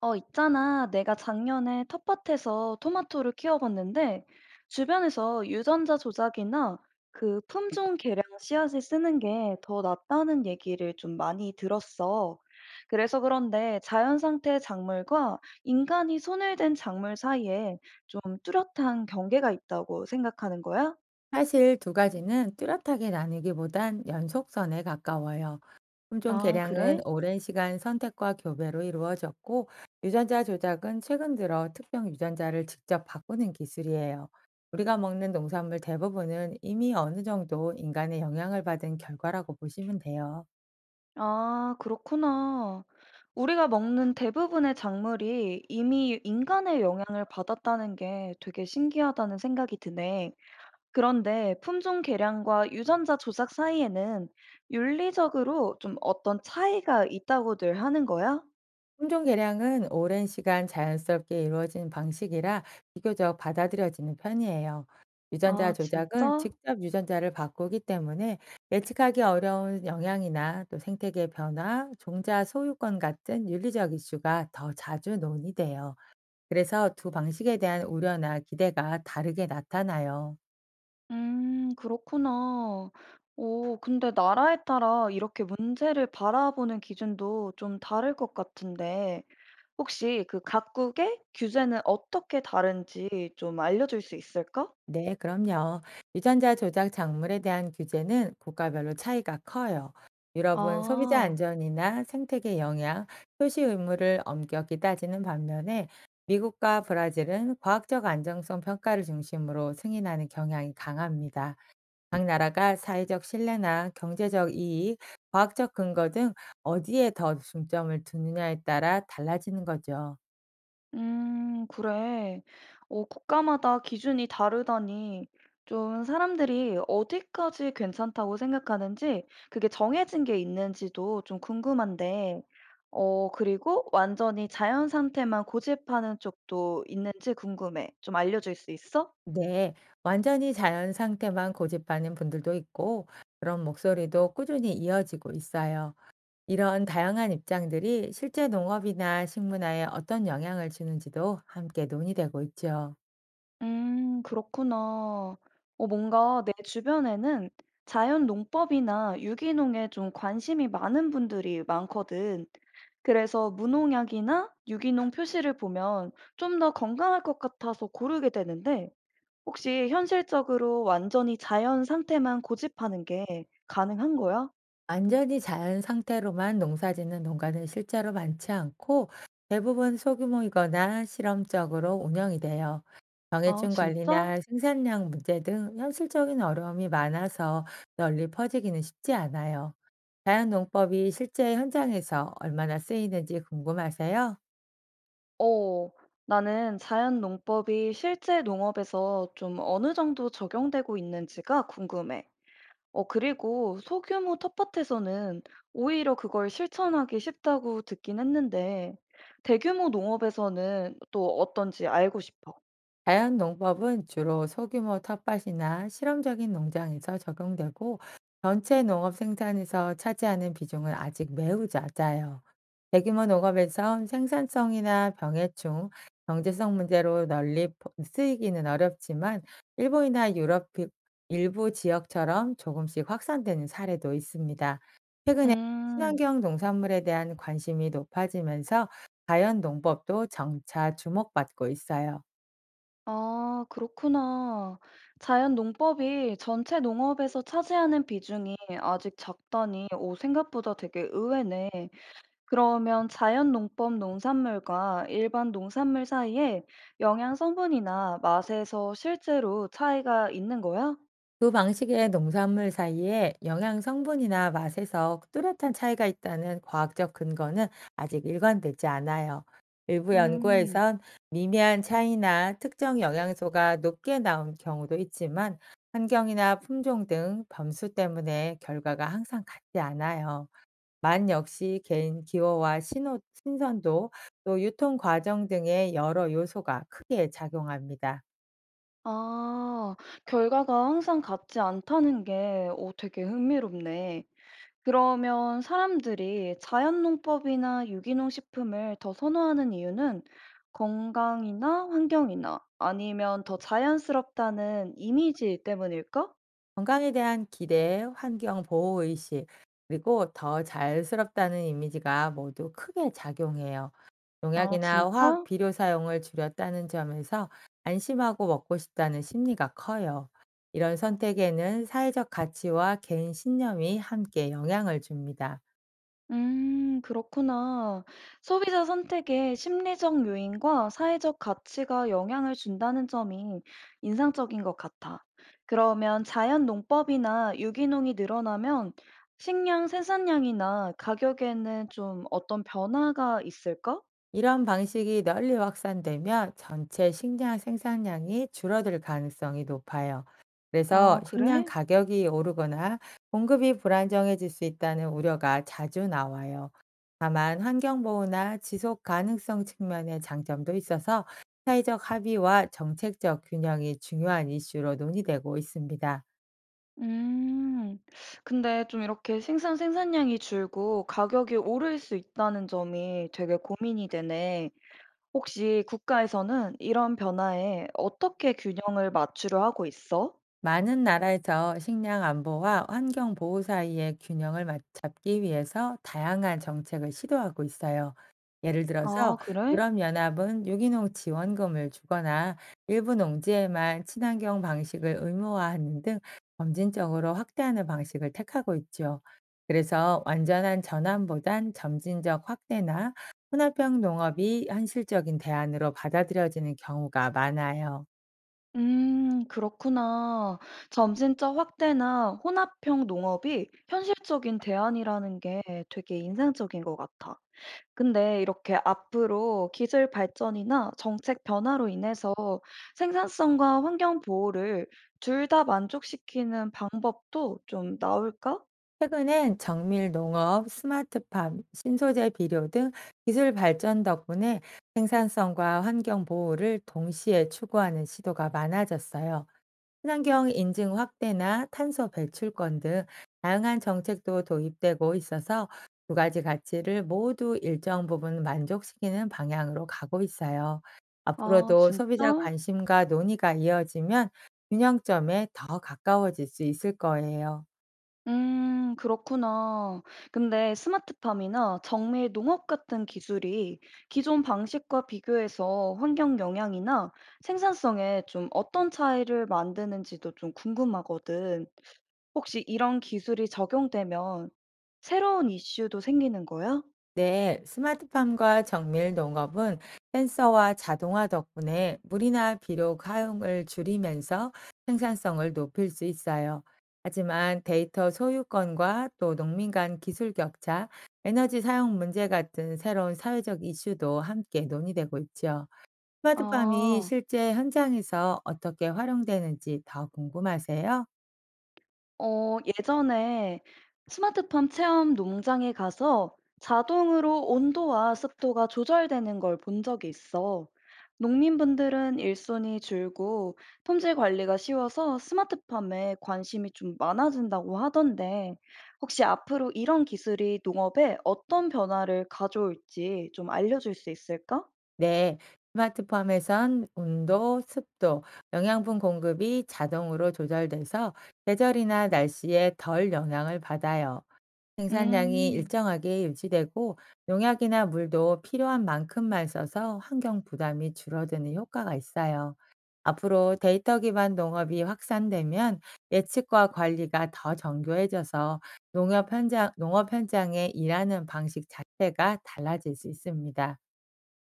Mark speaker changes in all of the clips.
Speaker 1: 있잖아. 내가 작년에 텃밭에서 토마토를 키워봤는데, 주변에서 유전자 조작이나 그 품종 개량 씨앗을 쓰는 게 더 낫다는 얘기를 좀 많이 들었어. 그래서 그런데 자연 상태 작물과 인간이 손을 댄 작물 사이에 좀 뚜렷한 경계가 있다고 생각하는 거야?
Speaker 2: 사실 두 가지는 뚜렷하게 나누기보단 연속선에 가까워요. 품종
Speaker 1: 아,
Speaker 2: 개량은
Speaker 1: 그래?
Speaker 2: 오랜 시간 선택과 교배로 이루어졌고, 유전자 조작은 최근 들어 특정 유전자를 직접 바꾸는 기술이에요. 우리가 먹는 농산물 대부분은 이미 어느 정도 인간의 영향을 받은 결과라고 보시면 돼요.
Speaker 1: 아, 그렇구나. 우리가 먹는 대부분의 작물이 이미 인간의 영향을 받았다는 게 되게 신기하다는 생각이 드네. 그런데 품종 개량과 유전자 조작 사이에는 윤리적으로 좀 어떤 차이가 있다고들 하는 거야?
Speaker 2: 품종 개량은 오랜 시간 자연스럽게 이루어진 방식이라 비교적 받아들여지는 편이에요. 유전자
Speaker 1: 아,
Speaker 2: 조작은
Speaker 1: 진짜?
Speaker 2: 직접 유전자를 바꾸기 때문에 예측하기 어려운 영향이나 또 생태계 변화, 종자 소유권 같은 윤리적 이슈가 더 자주 논의돼요. 그래서 두 방식에 대한 우려나 기대가 다르게 나타나요.
Speaker 1: 그렇구나. 오, 근데 나라에 따라 이렇게 문제를 바라보는 기준도 좀 다를 것 같은데. 혹시 그 각국의 규제는 어떻게 다른지 좀 알려줄 수 있을까?
Speaker 2: 네, 그럼요. 유전자 조작 작물에 대한 규제는 국가별로 차이가 커요. 유럽은 소비자
Speaker 1: 아.
Speaker 2: 안전이나 생태계 영향, 표시 의무를 엄격히 따지는 반면에 미국과 브라질은 과학적 안정성 평가를 중심으로 승인하는 경향이 강합니다. 각 나라가 사회적 신뢰나 경제적 이익, 과학적 근거 등 어디에 더 중점을 두느냐에 따라 달라지는 거죠.
Speaker 1: 음, 그래. 국가마다 기준이 다르다니 좀 사람들이 어디까지 괜찮다고 생각하는지 그게 정해진 게 있는지도 좀 궁금한데, 그리고 완전히 자연 상태만 고집하는 쪽도 있는지 궁금해. 좀 알려줄 수 있어?
Speaker 2: 네, 완전히 자연 상태만 고집하는 분들도 있고, 그런 목소리도 꾸준히 이어지고 있어요. 이런 다양한 입장들이 실제 농업이나 식문화에 어떤 영향을 주는지도 함께 논의되고 있죠.
Speaker 1: 그렇구나. 뭔가 내 주변에는 자연 농법이나 유기농에 좀 관심이 많은 분들이 많거든. 그래서 무농약이나 유기농 표시를 보면 좀 더 건강할 것 같아서 고르게 되는데, 혹시 현실적으로 완전히 자연 상태만 고집하는 게 가능한 거야?
Speaker 2: 완전히 자연 상태로만 농사짓는 농가는 실제로 많지 않고, 대부분 소규모이거나 실험적으로 운영이 돼요.
Speaker 1: 아,
Speaker 2: 병해충
Speaker 1: 진짜?
Speaker 2: 관리나 생산량 문제 등 현실적인 어려움이 많아서 널리 퍼지기는 쉽지 않아요. 자연 농법이 실제 현장에서 얼마나 쓰이는지 궁금하세요?
Speaker 1: 어, 나는 자연 농법이 실제 농업에서 좀 어느 정도 적용되고 있는지가 궁금해. 그리고 소규모 텃밭에서는 오히려 그걸 실천하기 쉽다고 듣긴 했는데 대규모 농업에서는 또 어떤지 알고 싶어.
Speaker 2: 자연 농법은 주로 소규모 텃밭이나 실험적인 농장에서 적용되고 전체 농업 생산에서 차지하는 비중은 아직 매우 낮아요. 대규모 농업에선 생산성이나 병해충, 경제성 문제로 널리 쓰이기는 어렵지만 일본이나 유럽 일부 지역처럼 조금씩 확산되는 사례도 있습니다. 최근에
Speaker 1: 음,
Speaker 2: 친환경 농산물에 대한 관심이 높아지면서 자연 농법도 점차 주목받고 있어요.
Speaker 1: 아, 그렇구나. 자연 농법이 전체 농업에서 차지하는 비중이 아직 작다니, 오, 생각보다 되게 의외네. 그러면 자연 농법 농산물과 일반 농산물 사이에 영양 성분이나 맛에서 실제로 차이가 있는 거야?
Speaker 2: 두 방식의 농산물 사이에 영양 성분이나 맛에서 뚜렷한 차이가 있다는 과학적 근거는 아직 일관되지 않아요. 일부
Speaker 1: 음.
Speaker 2: 연구에선 미미한 차이나 특정 영양소가 높게 나온 경우도 있지만 환경이나 품종 등 변수 때문에 결과가 항상 같지 않아요. 만 역시 개인 기호와 신호, 신선도 또 유통 과정 등의 여러 요소가 크게 작용합니다.
Speaker 1: 아. 결과가 항상 같지 않다는 게 되게 흥미롭네. 그러면 사람들이 자연 농법이나 유기농 식품을 더 선호하는 이유는 건강이나 환경이나 아니면 더 자연스럽다는 이미지 때문일까?
Speaker 2: 건강에 대한 기대, 환경 보호 의식, 그리고 더 자연스럽다는 이미지가 모두 크게 작용해요.
Speaker 1: 아,
Speaker 2: 농약이나 화학
Speaker 1: 진짜?
Speaker 2: 비료 사용을 줄였다는 점에서 안심하고 먹고 싶다는 심리가 커요. 이런 선택에는 사회적 가치와 개인 신념이 함께 영향을 줍니다.
Speaker 1: 그렇구나. 소비자 선택에 심리적 요인과 사회적 가치가 영향을 준다는 점이 인상적인 것 같아. 그러면 자연 농법이나 유기농이 늘어나면 식량 생산량이나 가격에는 좀 어떤 변화가 있을까?
Speaker 2: 이런 방식이 널리 확산되면 전체 식량 생산량이 줄어들 가능성이 높아요. 그래서
Speaker 1: 아,
Speaker 2: 식량
Speaker 1: 그래?
Speaker 2: 가격이 오르거나 공급이 불안정해질 수 있다는 우려가 자주 나와요. 다만 환경보호나 지속 가능성 측면의 장점도 있어서 사회적 합의와 정책적 균형이 중요한 이슈로 논의되고 있습니다.
Speaker 1: 음, 근데 좀 이렇게 생산 생산량이 줄고 가격이 오를 수 있다는 점이 되게 고민이 되네. 혹시 국가에서는 이런 변화에 어떻게 균형을 맞추려 하고 있어?
Speaker 2: 많은 나라에서 식량 안보와 환경 보호 사이의 균형을 잡기 위해서 다양한 정책을 시도하고 있어요. 예를
Speaker 1: 아,
Speaker 2: 들어서
Speaker 1: 그래?
Speaker 2: 유럽연합은 유기농 지원금을 주거나 일부 농지에만 친환경 방식을 의무화하는 등 점진적으로 확대하는 방식을 택하고 있죠. 그래서 완전한 전환보단 점진적 확대나 혼합형 농업이 현실적인 대안으로 받아들여지는 경우가 많아요.
Speaker 1: 그렇구나. 점진적 확대나 혼합형 농업이 현실적인 대안이라는 게 되게 인상적인 것 같아. 근데 이렇게 앞으로 기술 발전이나 정책 변화로 인해서 생산성과 환경 보호를 둘 다 만족시키는 방법도 좀 나올까?
Speaker 2: 최근엔 정밀 농업, 스마트팜, 신소재 비료 등 기술 발전 덕분에 생산성과 환경 보호를 동시에 추구하는 시도가 많아졌어요. 친환경 인증 확대나 탄소 배출권 등 다양한 정책도 도입되고 있어서 두 가지 가치를 모두 일정 부분 만족시키는 방향으로 가고 있어요.
Speaker 1: 아,
Speaker 2: 앞으로도 소비자
Speaker 1: 진짜?
Speaker 2: 관심과 논의가 이어지면 균형점에 더 가까워질 수 있을 거예요.
Speaker 1: 음, 그렇구나. 근데 스마트팜이나 정밀 농업 같은 기술이 기존 방식과 비교해서 환경 영향이나 생산성에 좀 어떤 차이를 만드는지도 좀 궁금하거든. 혹시 이런 기술이 적용되면 새로운 이슈도 생기는 거야?
Speaker 2: 네, 스마트팜과 정밀 농업은 센서와 자동화 덕분에 물이나 비료 사용을 줄이면서 생산성을 높일 수 있어요. 하지만 데이터 소유권과 또 농민 간 기술 격차, 에너지 사용 문제 같은 새로운 사회적 이슈도 함께 논의되고 있죠. 스마트팜이
Speaker 1: 아.
Speaker 2: 실제 현장에서 어떻게 활용되는지 더 궁금하세요?
Speaker 1: 예전에 스마트팜 체험 농장에 가서 자동으로 온도와 습도가 조절되는 걸 본 적이 있어. 농민분들은 일손이 줄고 품질 관리가 쉬워서 스마트팜에 관심이 좀 많아진다고 하던데, 혹시 앞으로 이런 기술이 농업에 어떤 변화를 가져올지 좀 알려줄 수 있을까?
Speaker 2: 네. 스마트팜에선 온도, 습도, 영양분 공급이 자동으로 조절돼서 계절이나 날씨에 덜 영향을 받아요. 생산량이
Speaker 1: 음.
Speaker 2: 일정하게 유지되고 농약이나 물도 필요한 만큼만 써서 환경 부담이 줄어드는 효과가 있어요. 앞으로 데이터 기반 농업이 확산되면 예측과 관리가 더 정교해져서 농업 현장에 일하는 방식 자체가 달라질 수 있습니다.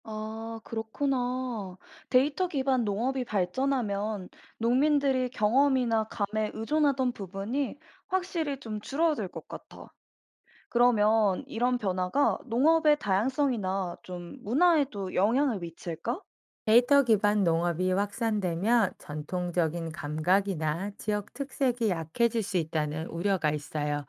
Speaker 1: 아, 그렇구나. 데이터 기반 농업이 발전하면 농민들이 경험이나 감에 의존하던 부분이 확실히 좀 줄어들 것 같아. 그러면 이런 변화가 농업의 다양성이나 좀 문화에도 영향을 미칠까?
Speaker 2: 데이터 기반 농업이 확산되면 전통적인 감각이나 지역 특색이 약해질 수 있다는 우려가 있어요.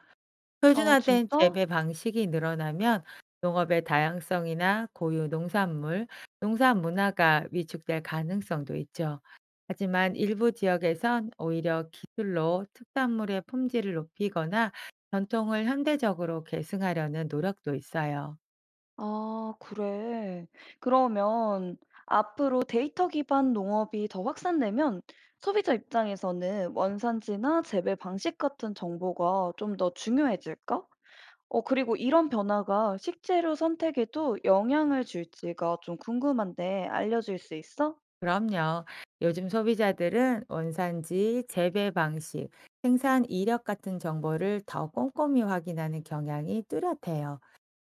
Speaker 1: 아,
Speaker 2: 표준화된
Speaker 1: 진짜?
Speaker 2: 재배 방식이 늘어나면 농업의 다양성이나 고유 농산물, 농산 문화가 위축될 가능성도 있죠. 하지만 일부 지역에선 오히려 기술로 특산물의 품질을 높이거나 전통을 현대적으로 계승하려는 노력도 있어요.
Speaker 1: 아, 그래. 그러면 앞으로 데이터 기반 농업이 더 확산되면 소비자 입장에서는 원산지나 재배 방식 같은 정보가 좀 더 중요해질까? 그리고 이런 변화가 식재료 선택에도 영향을 줄지가 좀 궁금한데 알려줄 수 있어?
Speaker 2: 그럼요. 요즘 소비자들은 원산지, 재배 방식, 생산 이력 같은 정보를 더 꼼꼼히 확인하는 경향이 뚜렷해요.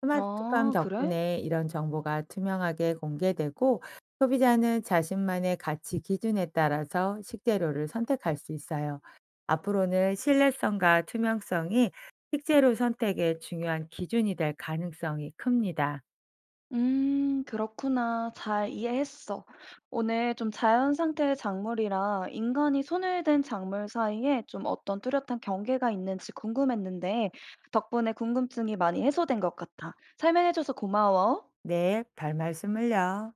Speaker 2: 스마트팜
Speaker 1: 아, 그래?
Speaker 2: 덕분에 이런 정보가 투명하게 공개되고 소비자는 자신만의 가치 기준에 따라서 식재료를 선택할 수 있어요. 앞으로는 신뢰성과 투명성이 식재료 선택의 중요한 기준이 될 가능성이 큽니다.
Speaker 1: 그렇구나. 잘 이해했어. 오늘 좀 자연 상태의 작물이랑 인간이 손을 댄 작물 사이에 좀 어떤 뚜렷한 경계가 있는지 궁금했는데 덕분에 궁금증이 많이 해소된 것 같아. 설명해줘서 고마워.
Speaker 2: 네, 별 말씀을요.